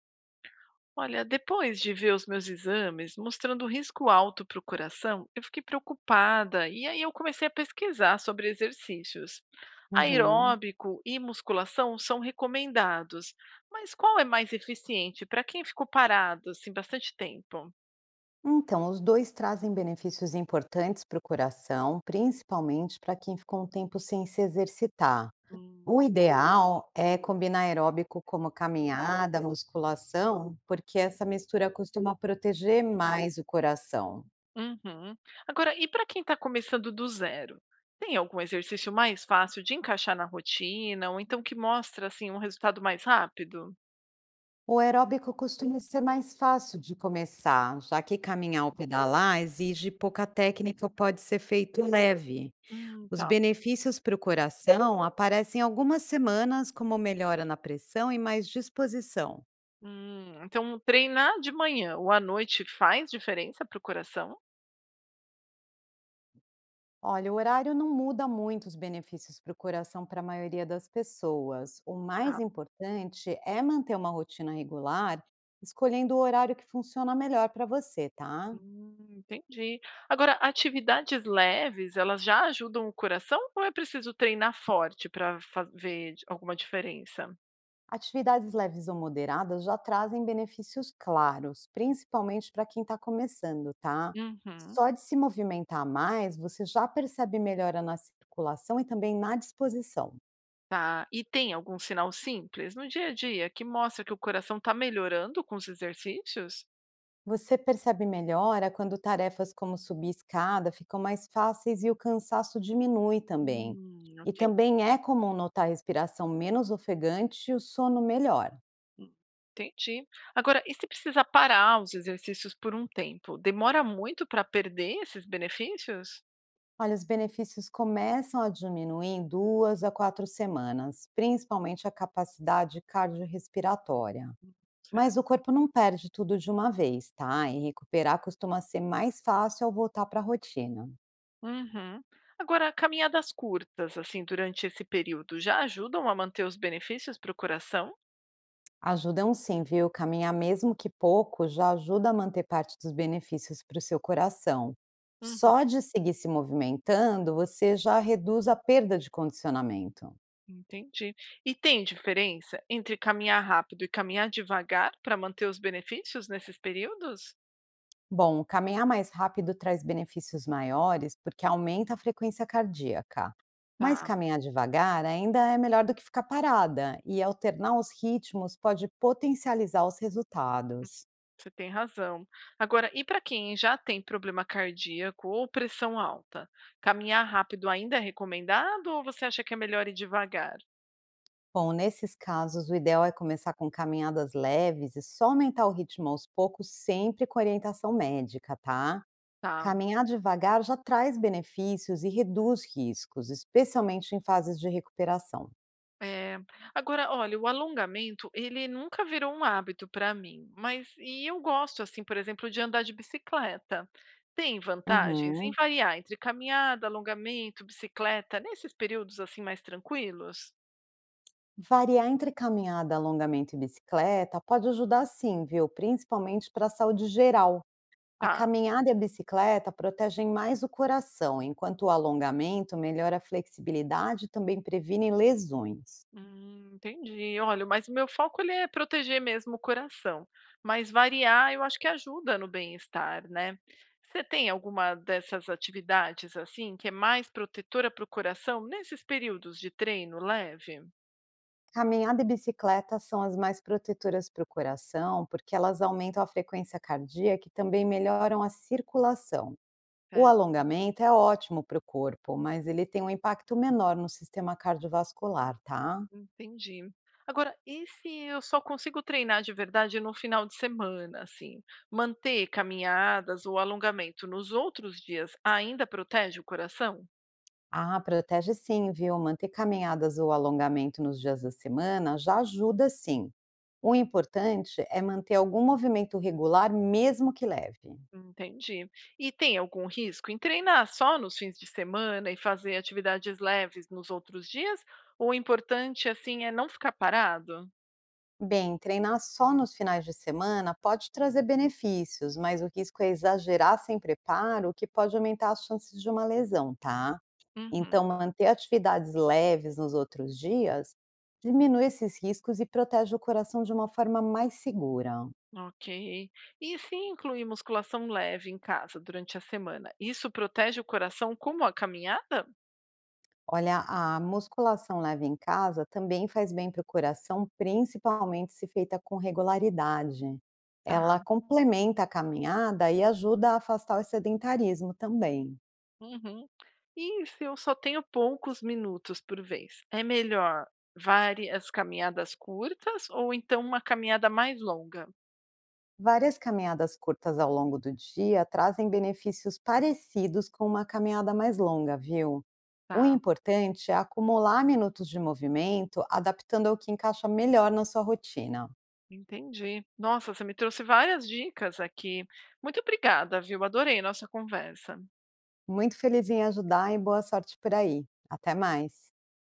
Olha, depois de ver os meus exames mostrando risco alto para o coração, eu fiquei preocupada e aí eu comecei a pesquisar sobre exercícios. Uhum. Aeróbico e musculação são recomendados, mas qual é mais eficiente para quem ficou parado assim bastante tempo? Então, os dois trazem benefícios importantes para o coração, principalmente para quem ficou um tempo sem se exercitar. Hum. O ideal é combinar aeróbico como caminhada, musculação, porque essa mistura costuma proteger mais o coração. Uhum. Agora, e para quem está começando do zero? Tem algum exercício mais fácil de encaixar na rotina ou então que mostra assim um resultado mais rápido? O aeróbico costuma ser mais fácil de começar, já que caminhar ou pedalar exige pouca técnica, pode ser feito leve. Os Tá. benefícios para o coração aparecem algumas semanas como melhora na pressão e mais disposição. Então treinar de manhã ou à noite faz diferença para o coração? Olha, o horário não muda muito os benefícios para o coração para a maioria das pessoas. O Tá. mais importante é manter uma rotina regular, escolhendo o horário que funciona melhor para você, tá? Entendi. Agora, atividades leves, elas já ajudam o coração ou é preciso treinar forte para alguma diferença? Atividades leves ou moderadas já trazem benefícios claros, principalmente para quem está começando, tá? Uhum, Só de se movimentar mais, você já percebe melhora na circulação e também na disposição. tá. E tem algum sinal simples no dia a dia que mostra que o coração está melhorando com os exercícios? Você percebe melhora quando tarefas como subir escada ficam mais fáceis e o cansaço diminui também. E Ok. também é comum notar a respiração menos ofegante e o sono melhor. Hum, entendi. Agora, e se precisar parar os exercícios por um tempo, demora muito para perder esses benefícios? Olha, os benefícios começam a diminuir em 2 a 4 semanas, principalmente a capacidade cardiorrespiratória. Mas o Certo. corpo não perde tudo de uma vez, tá? E recuperar costuma ser mais fácil ao voltar para a rotina. Uhum. Agora, caminhadas curtas, assim, durante esse período, já ajudam a manter os benefícios para o coração? Ajudam sim, viu? Caminhar mesmo que pouco já ajuda a manter parte dos benefícios para o seu coração. Uhum, Só de seguir se movimentando, você já reduz a perda de condicionamento. entendi. E tem diferença entre caminhar rápido e caminhar devagar para manter os benefícios nesses períodos? Bom, caminhar mais rápido traz benefícios maiores porque aumenta a frequência cardíaca. Mas Tá. caminhar devagar ainda é melhor do que ficar parada, e alternar os ritmos pode potencializar os resultados. Você tem razão. Agora, e para quem já tem problema cardíaco ou pressão alta, caminhar rápido ainda é recomendado ou você acha que é melhor ir devagar? Bom, nesses casos, o ideal é começar com caminhadas leves e só aumentar o ritmo aos poucos, sempre com orientação médica, tá? Tá. Caminhar devagar já traz benefícios e reduz riscos, especialmente em fases de recuperação. É, agora, olha, o alongamento, ele nunca virou um hábito para mim, mas e eu gosto, assim, por exemplo, de andar de bicicleta. Tem vantagens em Uhum. variar entre caminhada, alongamento, bicicleta, nesses períodos assim mais tranquilos? Variar entre caminhada, alongamento e bicicleta pode ajudar sim, viu? Principalmente para a saúde geral. A Tá. caminhada e a bicicleta protegem mais o coração, enquanto o alongamento melhora a flexibilidade e também previne lesões. Entendi. Olha, mas o meu foco ele é proteger mesmo o coração, mas variar eu acho que ajuda no bem-estar, né. Você tem alguma dessas atividades, assim, que é mais protetora para o coração nesses períodos de treino leve? Caminhada e bicicleta são as mais protetoras para o coração, porque elas aumentam a frequência cardíaca e também melhoram a circulação. O Certo, alongamento é ótimo para o corpo, mas ele tem um impacto menor no sistema cardiovascular, tá? entendi. Agora, e se eu só consigo treinar de verdade no final de semana, assim, manter caminhadas ou alongamento nos outros dias ainda protege o coração? Ah, protege sim, viu? Manter caminhadas ou alongamento nos dias da semana já ajuda sim. O importante é manter algum movimento regular, mesmo que leve. Entendi. E tem algum risco em treinar só nos fins de semana e fazer atividades leves nos outros dias? Ou o importante, assim, é não ficar parado? Bem, treinar só nos finais de semana pode trazer benefícios, mas o risco é exagerar sem preparo, o que pode aumentar as chances de uma lesão, tá? Uhum. Então, manter atividades leves nos outros dias diminui esses riscos e protege o coração de uma forma mais segura. Ok. E se incluir musculação leve em casa durante a semana, isso protege o coração como a caminhada? Olha, a musculação leve em casa também faz bem para o coração, principalmente se feita com regularidade. Tá. Ela complementa a caminhada e ajuda a afastar o sedentarismo também. Uhum. E se eu só tenho poucos minutos por vez, é melhor várias caminhadas curtas ou então uma caminhada mais longa? Várias caminhadas curtas ao longo do dia trazem benefícios parecidos com uma caminhada mais longa, viu? O Tá. importante é acumular minutos de movimento, adaptando ao que encaixa melhor na sua rotina. Entendi. Nossa, você me trouxe várias dicas aqui. Muito obrigada, viu? Adorei nossa conversa. Muito feliz em ajudar e boa sorte por aí. Até mais.